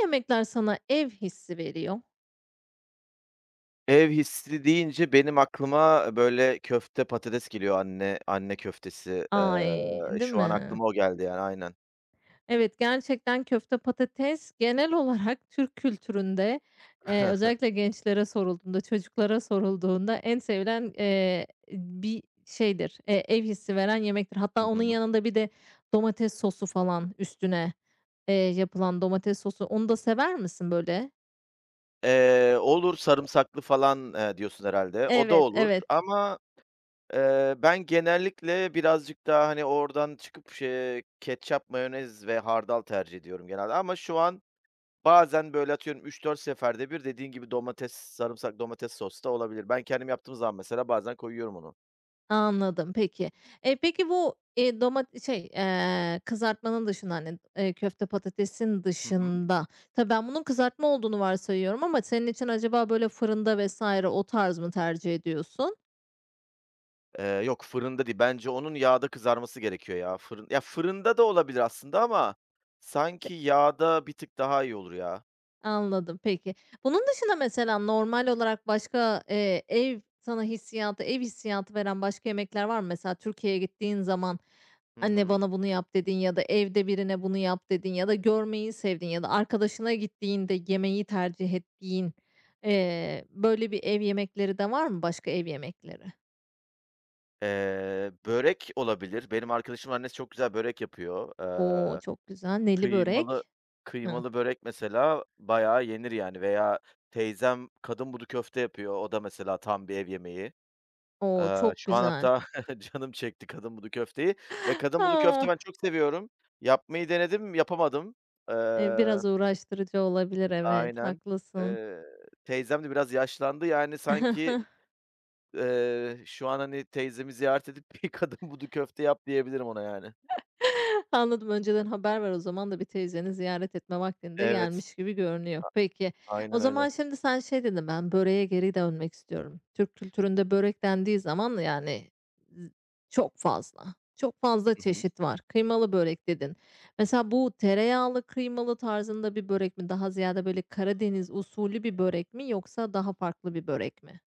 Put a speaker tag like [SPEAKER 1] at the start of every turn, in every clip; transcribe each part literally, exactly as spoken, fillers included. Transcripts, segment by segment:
[SPEAKER 1] Yemekler sana ev hissi veriyor?
[SPEAKER 2] Ev hissi deyince benim aklıma, böyle, köfte, patates geliyor. Anne anne köftesi. Eee,
[SPEAKER 1] Ay, değil
[SPEAKER 2] şu an
[SPEAKER 1] mi?
[SPEAKER 2] aklıma o geldi yani aynen.
[SPEAKER 1] Evet, gerçekten köfte patates genel olarak Türk kültüründe, eee, özellikle gençlere sorulduğunda, çocuklara sorulduğunda en sevilen, eee, bir şeydir, eee, ev hissi veren yemektir. Hatta
[SPEAKER 2] Hı
[SPEAKER 1] onun
[SPEAKER 2] hı.
[SPEAKER 1] yanında bir de domates sosu falan üstüne, eee, yapılan domates sosu. Onu da sever misin böyle?
[SPEAKER 2] Eee, olur sarımsaklı falan, eee, diyorsun herhalde. O da
[SPEAKER 1] Evet,
[SPEAKER 2] olur
[SPEAKER 1] evet.
[SPEAKER 2] ama, eee, ben genellikle birazcık daha, hani, oradan çıkıp şeye ketçap, mayonez ve hardal tercih ediyorum genelde ama şu an bazen, böyle, atıyorum üç dört seferde bir dediğin gibi domates, sarımsak domates sosu da olabilir. Ben kendim yaptığım zaman mesela bazen koyuyorum onu.
[SPEAKER 1] Anladım, peki. Eee, peki bu, eee, doma şey, eee, kızartmanın dışında, hani, eee, köfte patatesin
[SPEAKER 2] Hı hı.
[SPEAKER 1] dışında Tabii ben bunun kızartma olduğunu varsayıyorum ama senin için acaba böyle fırında vesaire o tarz mı tercih ediyorsun?
[SPEAKER 2] Eee, yok, fırında değil. Bence onun yağda kızarması gerekiyor ya. Fırın ya, fırında da olabilir aslında ama sanki yağda bir tık daha iyi olur ya.
[SPEAKER 1] Anladım, peki. Bunun dışında mesela normal olarak başka, eee, ev sana hissiyatı, ev hissiyatı veren başka yemekler var mı? Mesela Türkiye'ye gittiğin zaman
[SPEAKER 2] Hı
[SPEAKER 1] "Anne,
[SPEAKER 2] hı.
[SPEAKER 1] bana bunu yap." dedin ya da evde birine "Bunu yap." dedin ya da görmeyi sevdiğin ya da arkadaşına gittiğinde yemeği tercih ettiğin, eee, böyle bir ev yemekleri de var mı? Başka ev yemekleri?
[SPEAKER 2] Eee, börek olabilir. Benim arkadaşımın annesi çok güzel börek yapıyor.
[SPEAKER 1] Oo
[SPEAKER 2] Eee,
[SPEAKER 1] çok güzel. Neli
[SPEAKER 2] kıymalı
[SPEAKER 1] börek. Hıh.
[SPEAKER 2] kıymalı börek mesela bayağı yenir yani veya teyzem kadın budu köfte yapıyor. O da mesela tam bir ev yemeği.
[SPEAKER 1] O!
[SPEAKER 2] Eee,
[SPEAKER 1] Çok
[SPEAKER 2] şu an
[SPEAKER 1] güzel.
[SPEAKER 2] hatta canım çekti kadın budu köfteyi ve kadın budu köfte
[SPEAKER 1] Ah,
[SPEAKER 2] ben çok seviyorum. Yapmayı denedim, yapamadım.
[SPEAKER 1] eee,
[SPEAKER 2] Eee
[SPEAKER 1] biraz uğraştırıcı olabilir. Evet,
[SPEAKER 2] Aynen.
[SPEAKER 1] haklısın.
[SPEAKER 2] Eee, teyzem de biraz yaşlandı. Yani sanki, eee, şu an, hani, teyzemi ziyaret edip bir kadın budu köfte yap diyebilirim ona yani.
[SPEAKER 1] Anladım, önceden haber var o zaman da bir teyzeni ziyaret etme vaktinde
[SPEAKER 2] Evet,
[SPEAKER 1] gelmiş gibi görünüyor. Peki, o
[SPEAKER 2] aynen
[SPEAKER 1] zaman
[SPEAKER 2] öyle.
[SPEAKER 1] şimdi sen şey dedin, "Ben böreğe geri dönmek istiyorum." Türk kültüründe börek dendiği zaman yani z çok fazla, çok fazla
[SPEAKER 2] Hı hı.
[SPEAKER 1] çeşit var. Kıymalı börek dedin. Mesela bu tereyağlı kıymalı tarzında bir börek mi? Daha ziyade böyle Karadeniz usulü bir börek mi yoksa daha farklı bir börek mi?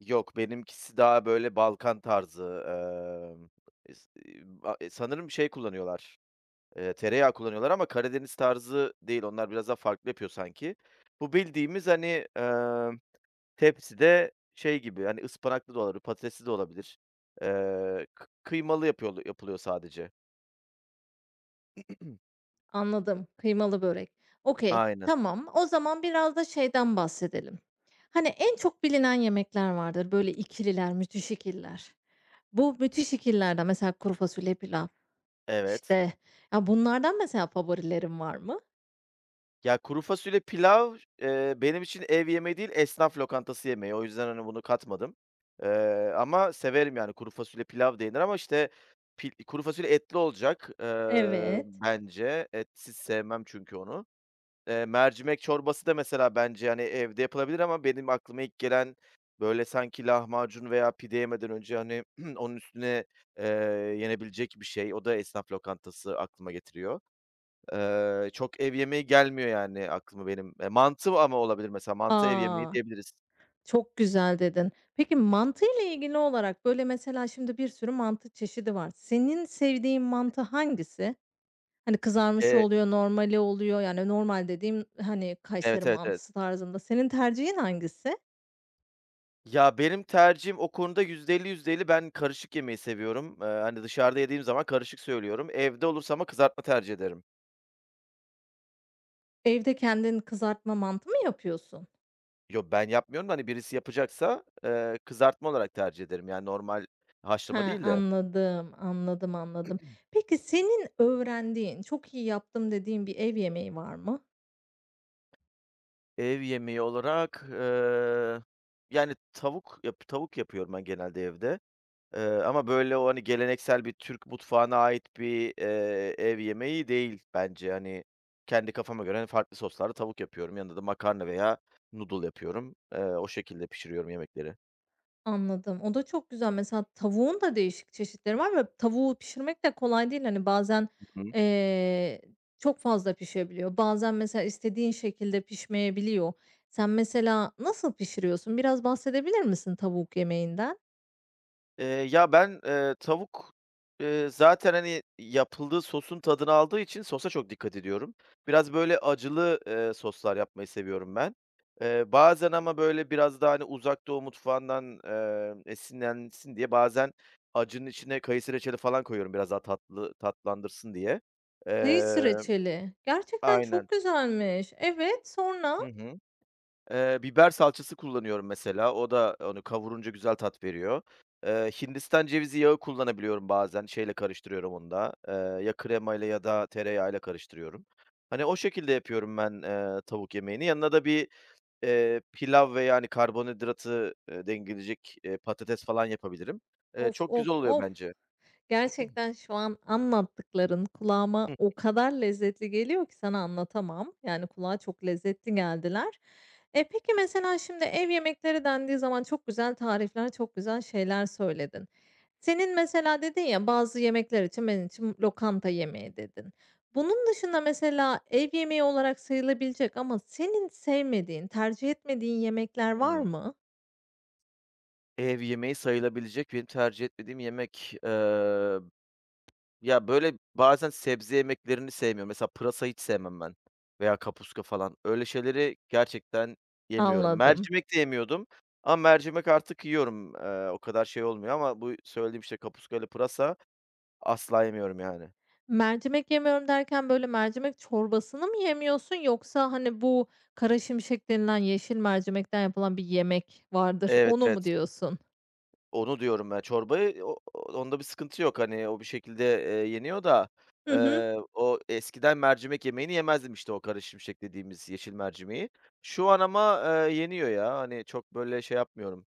[SPEAKER 2] Yok, benimkisi daha böyle Balkan tarzı, emm, es eee, ba eee, sanırım şey kullanıyorlar, eee, tereyağı kullanıyorlar ama Karadeniz tarzı değil. Onlar biraz daha farklı yapıyor sanki. Bu bildiğimiz, hani, emm tepside şey gibi, hani, ıspanaklı da olabilir, patatesli de olabilir. Eee, kı Kıymalı yapıyorlu yapılıyor sadece.
[SPEAKER 1] Anladım, kıymalı börek. Okay,
[SPEAKER 2] Aynen,
[SPEAKER 1] tamam. O zaman biraz da şeyden bahsedelim. Hani en çok bilinen yemekler vardır. Böyle ikililer, müthiş ikililer. Bu müthiş ikililerden mesela kuru fasulye pilav,
[SPEAKER 2] evet.
[SPEAKER 1] işte, ya, bunlardan mesela favorilerin var mı?
[SPEAKER 2] Ya, kuru fasulye pilav, eee, benim için ev yemeği değil, esnaf lokantası yemeği. O yüzden, hani, bunu katmadım. Eee, ama severim, yani, kuru fasulye pilav da yenir ama, işte, pil kuru fasulye etli olacak, eee,
[SPEAKER 1] Evet.
[SPEAKER 2] bence. Etsiz sevmem çünkü onu. Eee, mercimek çorbası da mesela bence, hani, evde yapılabilir ama benim aklıma ilk gelen, böyle, sanki lahmacun veya pide yemeden önce, hani, onun üstüne, eee, yenebilecek bir şey. O da esnaf lokantası aklıma getiriyor. Eee, çok ev yemeği gelmiyor, yani, aklıma benim. Eee, mantı ama olabilir mesela. Mantı ev yemeği
[SPEAKER 1] A!
[SPEAKER 2] diyebiliriz.
[SPEAKER 1] Çok güzel dedin. Peki mantı ile ilgili olarak, böyle, mesela şimdi bir sürü mantı çeşidi var. Senin sevdiğin mantı hangisi? Hani kızarmış
[SPEAKER 2] Eee
[SPEAKER 1] oluyor, normali oluyor. Yani normal dediğim, hani, Kayseri
[SPEAKER 2] Evet, evet, evet.
[SPEAKER 1] mantısı tarzında. Senin tercihin hangisi?
[SPEAKER 2] Ya, benim tercihim o konuda yüzde elli yüzde elli ben karışık yemeyi seviyorum. Eee, hani, dışarıda yediğim zaman karışık söylüyorum. Evde olursa ama kızartma tercih ederim.
[SPEAKER 1] Evde kendin kızartma mantı mı yapıyorsun?
[SPEAKER 2] Yo, ben yapmıyorum da, hani, birisi yapacaksa, eee, kızartma olarak tercih ederim. Yani, normal haşlama
[SPEAKER 1] Ha,
[SPEAKER 2] değil de.
[SPEAKER 1] anladım, anladım, anladım. Peki senin öğrendiğin, çok iyi yaptım dediğin bir ev yemeği var mı?
[SPEAKER 2] Ev yemeği olarak, eee, yani, tavuk yap tavuk yapıyorum ben genelde evde, eee, ama böyle o, hani, geleneksel bir Türk mutfağına ait bir, eee, ev yemeği değil bence. Hani, kendi kafama göre, hani, farklı soslarda tavuk yapıyorum. Yanında da makarna veya noodle yapıyorum. Eee, o şekilde pişiriyorum yemekleri.
[SPEAKER 1] Anladım. O da çok güzel. Mesela tavuğun da değişik çeşitleri var ve tavuğu pişirmek de kolay değil. Hani bazen, eee, çok fazla pişebiliyor. Bazen mesela istediğin şekilde pişmeyebiliyor. Sen mesela nasıl pişiriyorsun? Biraz bahsedebilir misin tavuk yemeğinden?
[SPEAKER 2] Eee, ya, ben, eee, tavuk, eee, zaten, hani, yapıldığı sosun tadını aldığı için sosa çok dikkat ediyorum. Biraz böyle acılı, eee, soslar yapmayı seviyorum ben. Eee, bazen ama böyle biraz daha, hani, Uzak Doğu mutfağından, eee, esinlensin diye bazen acının içine kayısı reçeli falan koyuyorum biraz daha tatlı tatlandırsın diye.
[SPEAKER 1] Kayısı
[SPEAKER 2] Eee
[SPEAKER 1] reçeli. Gerçekten çok
[SPEAKER 2] Aynen.
[SPEAKER 1] güzelmiş. Evet, sonra?
[SPEAKER 2] Hı hı. Eee, biber salçası kullanıyorum mesela. O da onu kavurunca güzel tat veriyor. Eee, Hindistan cevizi yağı kullanabiliyorum bazen. Şeyle karıştırıyorum onu da. Eee, ya kremayla ya da tereyağıyla karıştırıyorum. Hani o şekilde yapıyorum ben, eee, tavuk yemeğini. Yanına da bir, eee, pilav ve yani karbonhidratı, eee, dengeleyecek, eee, patates falan yapabilirim. Eee,
[SPEAKER 1] Of,
[SPEAKER 2] çok
[SPEAKER 1] of,
[SPEAKER 2] güzel oluyor
[SPEAKER 1] of!
[SPEAKER 2] bence.
[SPEAKER 1] Gerçekten şu an anlattıkların kulağıma
[SPEAKER 2] Hı hı.
[SPEAKER 1] o kadar lezzetli geliyor ki sana anlatamam. Yani kulağa çok lezzetli geldiler. E, peki mesela şimdi ev yemekleri dendiği zaman çok güzel tarifler, çok güzel şeyler söyledin. Senin mesela dedin ya, "Bazı yemekler için benim için lokanta yemeği." dedin. Bunun dışında mesela ev yemeği olarak sayılabilecek ama senin sevmediğin, tercih etmediğin yemekler var mı?
[SPEAKER 2] Ev yemeği sayılabilecek benim tercih etmediğim yemek, eee ya, böyle, bazen sebze yemeklerini sevmiyorum. Mesela pırasa hiç sevmem ben veya kapuska falan. Öyle şeyleri gerçekten yemiyorum.
[SPEAKER 1] Anladım.
[SPEAKER 2] Mercimek de yemiyordum ama mercimek artık yiyorum. Eee, o kadar şey olmuyor ama bu söylediğim, işte, kapuska ile pırasa asla yemiyorum yani.
[SPEAKER 1] Mercimek yemiyorum derken, böyle, mercimek çorbasını mı yemiyorsun yoksa, hani, bu kara şimşek denilen yeşil mercimekten yapılan bir yemek vardır,
[SPEAKER 2] Evet,
[SPEAKER 1] onu mu
[SPEAKER 2] evet.
[SPEAKER 1] diyorsun?
[SPEAKER 2] Onu diyorum ya. Çorbayı o o onda bir sıkıntı yok. Hani, o bir şekilde, eee, yeniyor da,
[SPEAKER 1] Hı hı.
[SPEAKER 2] eee, o eskiden mercimek yemeğini yemezdim, işte, o karışım şek dediğimiz yeşil mercimeği. Şu an ama, eee, yeniyor ya. Hani, çok böyle şey yapmıyorum.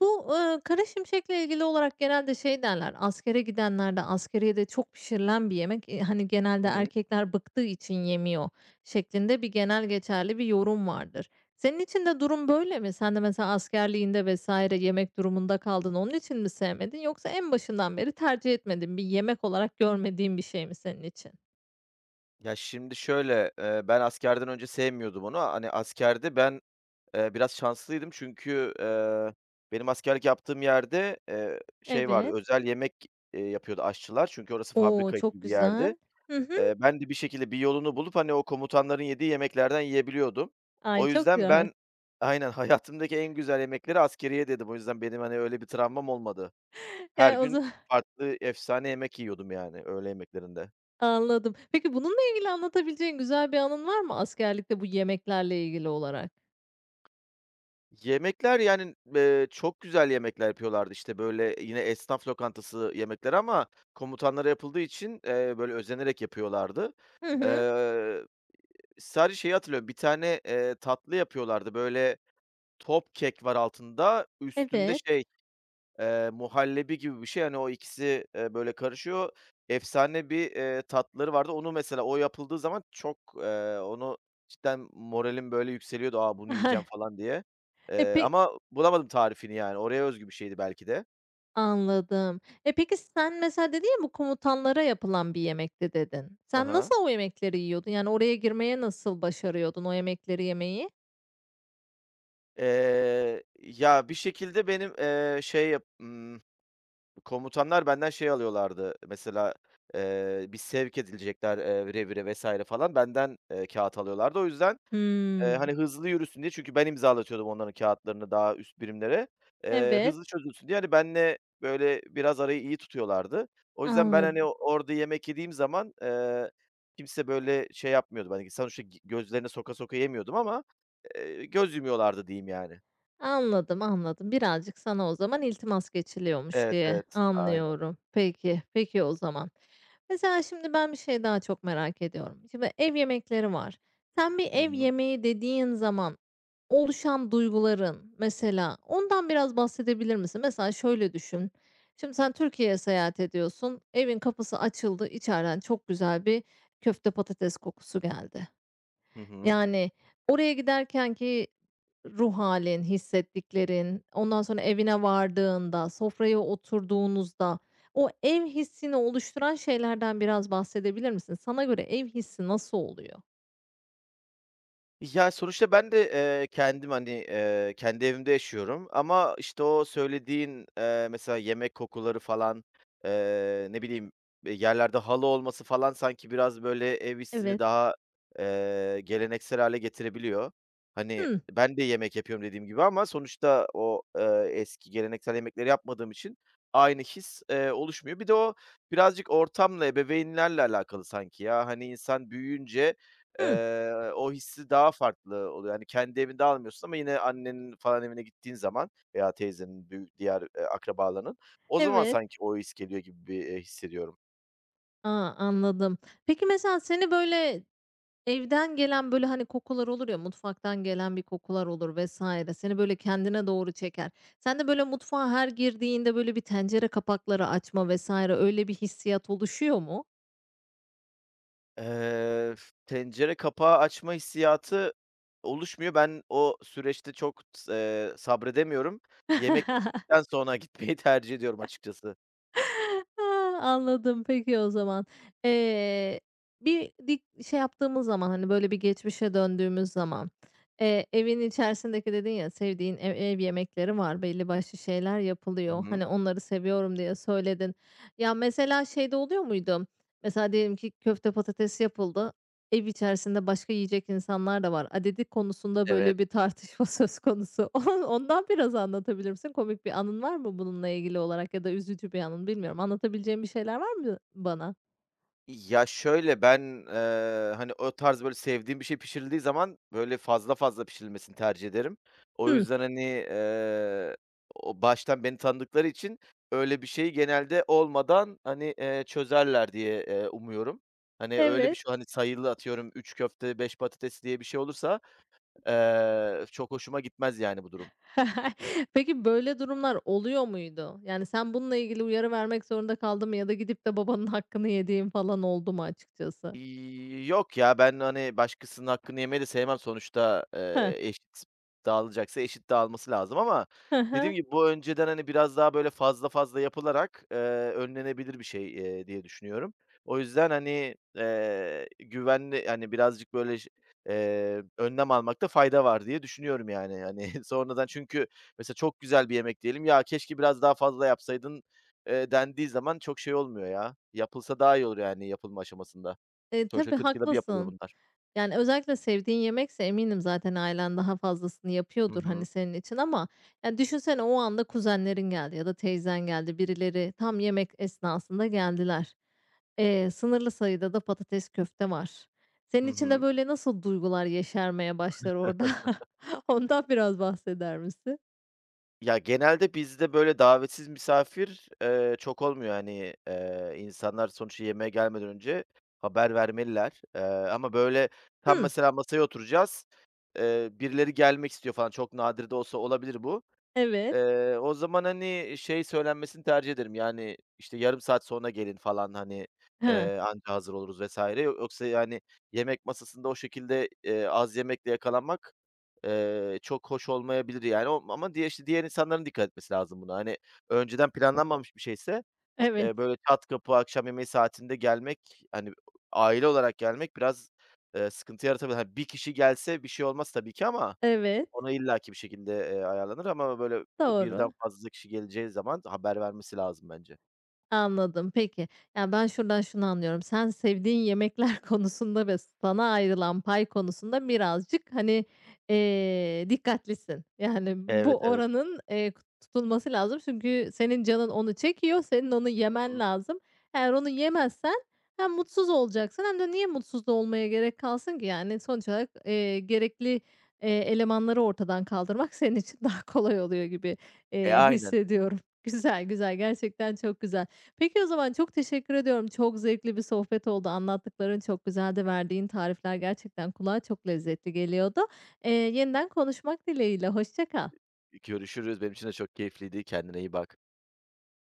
[SPEAKER 1] Bu, eee, kara şimşekle ilgili olarak genelde şey derler, askere gidenlerde askeriyede çok pişirilen bir yemek, eee, hani, genelde
[SPEAKER 2] Hı hı.
[SPEAKER 1] erkekler bıktığı için yemiyor şeklinde bir genel geçerli bir yorum vardır. Senin için de durum böyle mi? Sen de mesela askerliğinde vesaire yemek durumunda kaldın, onun için mi sevmedin yoksa en başından beri tercih etmedin bir yemek olarak görmediğin bir şey mi senin için?
[SPEAKER 2] Ya, şimdi şöyle, eee, ben askerden önce sevmiyordum onu. Hani, askerde ben, eee, biraz şanslıydım çünkü, eee, benim askerlik yaptığım yerde, eee, şey vardı,
[SPEAKER 1] Evet.
[SPEAKER 2] özel yemek, eee, yapıyordu aşçılar çünkü orası
[SPEAKER 1] Oo
[SPEAKER 2] fabrika
[SPEAKER 1] çok
[SPEAKER 2] gibi bir yerdi.
[SPEAKER 1] güzel. Hı hı.
[SPEAKER 2] Eee, ben de bir şekilde bir yolunu bulup, hani, o komutanların yediği yemeklerden yiyebiliyordum.
[SPEAKER 1] Ay,
[SPEAKER 2] O
[SPEAKER 1] çok
[SPEAKER 2] yüzden
[SPEAKER 1] güzel.
[SPEAKER 2] ben. Aynen, hayatımdaki en güzel yemekleri askeriye dedim. O yüzden benim, hani, öyle bir travmam olmadı. Her
[SPEAKER 1] Yani, o
[SPEAKER 2] gün
[SPEAKER 1] zaman
[SPEAKER 2] farklı efsane yemek yiyordum yani öğle yemeklerinde.
[SPEAKER 1] Anladım. Peki bununla ilgili anlatabileceğin güzel bir anın var mı askerlikte bu yemeklerle ilgili olarak?
[SPEAKER 2] Yemekler, yani, eee, çok güzel yemekler yapıyorlardı, işte, böyle, yine esnaf lokantası yemekleri ama komutanlara yapıldığı için, eee, böyle, özenerek yapıyorlardı.
[SPEAKER 1] Hı hı.
[SPEAKER 2] Eee, sadece şeyi hatırlıyorum, bir tane, eee, tatlı yapıyorlardı, böyle, top kek var altında, üstünde
[SPEAKER 1] Evet.
[SPEAKER 2] şey. Eee, muhallebi gibi bir şey. Hani, o ikisi, eee, böyle karışıyor. Efsane bir, eee, tatları vardı. Onu mesela o yapıldığı zaman çok, eee, onu cidden moralim böyle yükseliyordu. "A, bunu yiyeceğim." falan diye.
[SPEAKER 1] E,
[SPEAKER 2] Eee,
[SPEAKER 1] pe
[SPEAKER 2] ama bulamadım tarifini yani. Oraya özgü bir şeydi belki de.
[SPEAKER 1] anladım. E, peki sen mesela dedin ya, bu komutanlara yapılan bir yemekti dedin.
[SPEAKER 2] Hı
[SPEAKER 1] Sen
[SPEAKER 2] hı.
[SPEAKER 1] nasıl o yemekleri yiyordun? Yani oraya girmeye nasıl başarıyordun o yemekleri yemeyi?
[SPEAKER 2] Eee, ya, bir şekilde benim, eee, şey yap ımm, komutanlar benden şey alıyorlardı. Mesela, eee, bir sevk edilecekler, eee, vire vire vesaire falan. Benden, eee, kâğıt alıyorlardı. O yüzden. Eee,
[SPEAKER 1] Hımm.
[SPEAKER 2] hani, hızlı yürüsün diye çünkü ben imzalatıyordum onların kağıtlarını daha üst birimlere. Eee,
[SPEAKER 1] Evet,
[SPEAKER 2] hızlı çözülsün diye, hani, benle böyle, biraz arayı iyi tutuyorlardı. O yüzden ben, hani,
[SPEAKER 1] anladım.
[SPEAKER 2] o orada yemek yediğim zaman, eee, kimse, böyle, şey yapmıyordu. Hani, sonuçta g gözlerine soka soka yemiyordum ama, eee, göz yumuyorlardı diyeyim yani.
[SPEAKER 1] Anladım, anladım. Birazcık sana o zaman iltimas geçiliyormuş
[SPEAKER 2] Evet,
[SPEAKER 1] diye
[SPEAKER 2] evet. Aynen.
[SPEAKER 1] anlıyorum. Peki, peki o zaman. Mesela şimdi ben bir şey daha çok merak ediyorum. Şimdi ev yemekleri var. Sen bir
[SPEAKER 2] Hı
[SPEAKER 1] ev
[SPEAKER 2] hı.
[SPEAKER 1] yemeği dediğin zaman oluşan duyguların mesela ondan biraz bahsedebilir misin? Mesela şöyle düşün. Şimdi sen Türkiye'ye seyahat ediyorsun. Evin kapısı açıldı. İçeriden çok güzel bir köfte patates kokusu geldi.
[SPEAKER 2] Hı hı.
[SPEAKER 1] Yani, oraya giderken ki ruh halin, hissettiklerin, ondan sonra evine vardığında, sofraya oturduğunuzda o ev hissini oluşturan şeylerden biraz bahsedebilir misin? Sana göre ev hissi nasıl oluyor?
[SPEAKER 2] Ya, sonuçta ben de, eee, kendim, hani, eee, kendi evimde yaşıyorum ama, işte, o söylediğin, eee, mesela yemek kokuları falan, eee, ne bileyim, eee, yerlerde halı olması falan sanki biraz, böyle, ev hissini
[SPEAKER 1] Evet.
[SPEAKER 2] daha, eee, geleneksel hâle getirebiliyor. Hani,
[SPEAKER 1] Hımm.
[SPEAKER 2] ben de yemek yapıyorum dediğim gibi ama sonuçta o, eee, eski geleneksel yemekleri yapmadığım için aynı his, eee, oluşmuyor. Bir de o birazcık ortamla, ebeveynlerle alakalı sanki ya. Hani, insan büyüyünce
[SPEAKER 1] Hımm.
[SPEAKER 2] Eee, o hissi daha farklı oluyor. Hani, kendi evinde almıyorsun ama yine annenin falan evine gittiğin zaman veya teyzenin, büyü diğer, eee, akrabalarının, o zaman
[SPEAKER 1] Evet.
[SPEAKER 2] sanki o his geliyor gibi bir, eee, hissediyorum.
[SPEAKER 1] A, anladım. Peki, mesela seni böyle evden gelen, böyle, hani, kokular olur ya, mutfaktan gelen bir kokular olur vesaire. Seni, böyle, kendine doğru çeker. Sen de böyle, mutfağa her girdiğinde, böyle, bir tencere kapakları açma vesaire öyle bir hissiyat oluşuyor mu?
[SPEAKER 2] Eee, tencere kapağı açma hissiyatı oluşmuyor. Ben o süreçte çok s eee, sabredemiyorum. Yemek piştikten sonra gitmeyi tercih ediyorum açıkçası.
[SPEAKER 1] A! Anladım. Peki o zaman. Eee, bir dik şey yaptığımız zaman, hani, böyle bir geçmişe döndüğümüz zaman, eee, evin içerisindeki dedin ya, sevdiğin ev ev yemekleri var, belli başlı şeyler
[SPEAKER 2] Hı
[SPEAKER 1] yapılıyor.
[SPEAKER 2] hı.
[SPEAKER 1] Hani, onları seviyorum diye söyledin. Ya, mesela şey de oluyor muydu? Mesela diyelim ki köfte patates yapıldı. Ev içerisinde başka yiyecek insanlar da var. Adedi konusunda
[SPEAKER 2] Evet.
[SPEAKER 1] böyle bir tartışma söz konusu. On ondan biraz anlatabilir misin? Komik bir anın var mı bununla ilgili olarak ya da üzücü bir anın bilmiyorum. Anlatabileceğin bir şeyler var mı bana?
[SPEAKER 2] Ya, şöyle, ben, eee, hani, o tarz, böyle, sevdiğim bir şey pişirildiği zaman, böyle, fazla fazla pişirilmesini tercih ederim. O
[SPEAKER 1] Hıh,
[SPEAKER 2] yüzden, hani, eee, o baştan beni tanıdıkları için öyle bir şeyi genelde olmadan, hani, eee, çözerler diye, eee, umuyorum. Hani, öyle bir
[SPEAKER 1] evet.
[SPEAKER 2] şey, hani, sayılı atıyorum üç köfte beş patates diye bir şey olursa, eee, çok hoşuma gitmez yani bu durum.
[SPEAKER 1] Peki böyle durumlar oluyor muydu? Yani sen bununla ilgili uyarı vermek zorunda kaldın mı ya da gidip de babanın hakkını yediğin falan oldu mu açıkçası?
[SPEAKER 2] İii, yok ya, ben, hani, başkasının hakkını yemeyi de sevmem. Sonuçta,
[SPEAKER 1] Heh.
[SPEAKER 2] eee, eşit dağılacaksa eşit dağılması lazım ama
[SPEAKER 1] Hı hı.
[SPEAKER 2] dediğim gibi bu önceden, hani, biraz daha böyle fazla fazla yapılarak, eee, önlenebilir bir şey, eee, diye düşünüyorum. O yüzden, hani, eee, güvenli, hani, birazcık böyle ş eee, önlem almakta fayda var diye düşünüyorum yani. Hani, sonradan çünkü mesela çok güzel bir yemek diyelim, "Ya, keşke biraz daha fazla yapsaydın." eee, dendiği zaman çok şey olmuyor ya. Yapılsa daha iyi olur yani yapılma aşamasında.
[SPEAKER 1] E,
[SPEAKER 2] Sonuçta
[SPEAKER 1] tabii
[SPEAKER 2] kırk yılda bir yapılıyor
[SPEAKER 1] haklısın.
[SPEAKER 2] bunlar.
[SPEAKER 1] Yani, özellikle sevdiğin yemekse eminim zaten ailen daha fazlasını
[SPEAKER 2] Hı
[SPEAKER 1] yapıyordur, hani,
[SPEAKER 2] hı.
[SPEAKER 1] senin için ama ya, düşünsene o anda kuzenlerin geldi ya da teyzen geldi, birileri tam yemek esnasında geldiler. Eee, sınırlı sayıda da patates köfte var. Senin
[SPEAKER 2] Hı
[SPEAKER 1] için de
[SPEAKER 2] hı.
[SPEAKER 1] böyle nasıl duygular yeşermeye başlar orada? Ondan biraz bahseder misin?
[SPEAKER 2] Ya, genelde bizde, böyle, davetsiz misafir, eee, çok olmuyor. Hani, eee, insanlar sonuçta yemeğe gelmeden önce haber vermeliler. Eee, ama, böyle, tam
[SPEAKER 1] Hımm,
[SPEAKER 2] mesela masaya oturacağız, eee, birileri gelmek istiyor falan, çok nadir de olsa olabilir bu.
[SPEAKER 1] evet.
[SPEAKER 2] Eee, o zaman, hani, şey söylenmesini tercih ederim, yani, işte, "Yarım saat sonra gelin." falan, hani,
[SPEAKER 1] Hıı,
[SPEAKER 2] eee, "Anca hazır oluruz." vesaire. Yoksa, yani, yemek masasında o şekilde, eee, az yemekle yakalanmak, eee, çok hoş olmayabilir, yani. O ama diye işte, diğer insanların dikkat etmesi lazım buna. Hani, önceden planlanmamış bir şeyse,
[SPEAKER 1] evet,
[SPEAKER 2] eee, böyle çat kapı akşam yemeği saatinde gelmek, hani, aile olarak gelmek biraz, eee, sıkıntı yaratabilir. Hani, bir kişi gelse bir şey olmaz tabii ki ama
[SPEAKER 1] evet,
[SPEAKER 2] ona illaki bir şekilde, eee, ayarlanır ama böyle birden
[SPEAKER 1] doğru.
[SPEAKER 2] fazla kişi geleceği zaman haber vermesi lazım bence.
[SPEAKER 1] Anladım, peki. Yani ben şuradan şunu anlıyorum. Sen sevdiğin yemekler konusunda ve sana ayrılan pay konusunda birazcık, hani, eee, dikkatlisin. Yani, bu
[SPEAKER 2] Evet, evet.
[SPEAKER 1] oranın, eee, tutulması lazım çünkü senin canın onu çekiyor, senin onu
[SPEAKER 2] Hı
[SPEAKER 1] yemen
[SPEAKER 2] hı.
[SPEAKER 1] lazım. Eğer onu yemezsen hem mutsuz olacaksın hem de niye mutsuz da olmaya gerek kalsın ki? Yani, sonuç olarak, eee, gerekli, eee, elemanları ortadan kaldırmak senin için daha kolay oluyor gibi,
[SPEAKER 2] E,
[SPEAKER 1] eee,
[SPEAKER 2] aynen.
[SPEAKER 1] hissediyorum. Güzel, güzel, gerçekten çok güzel. Peki, o zaman çok teşekkür ediyorum. Çok zevkli bir sohbet oldu. Anlattıkların çok güzeldi. Verdiğin tarifler gerçekten kulağa çok lezzetli geliyordu. Eee, yeniden konuşmak dileğiyle. Hoşça kal.
[SPEAKER 2] Görüşürüz. Benim için de çok keyifliydi. Kendine iyi bak.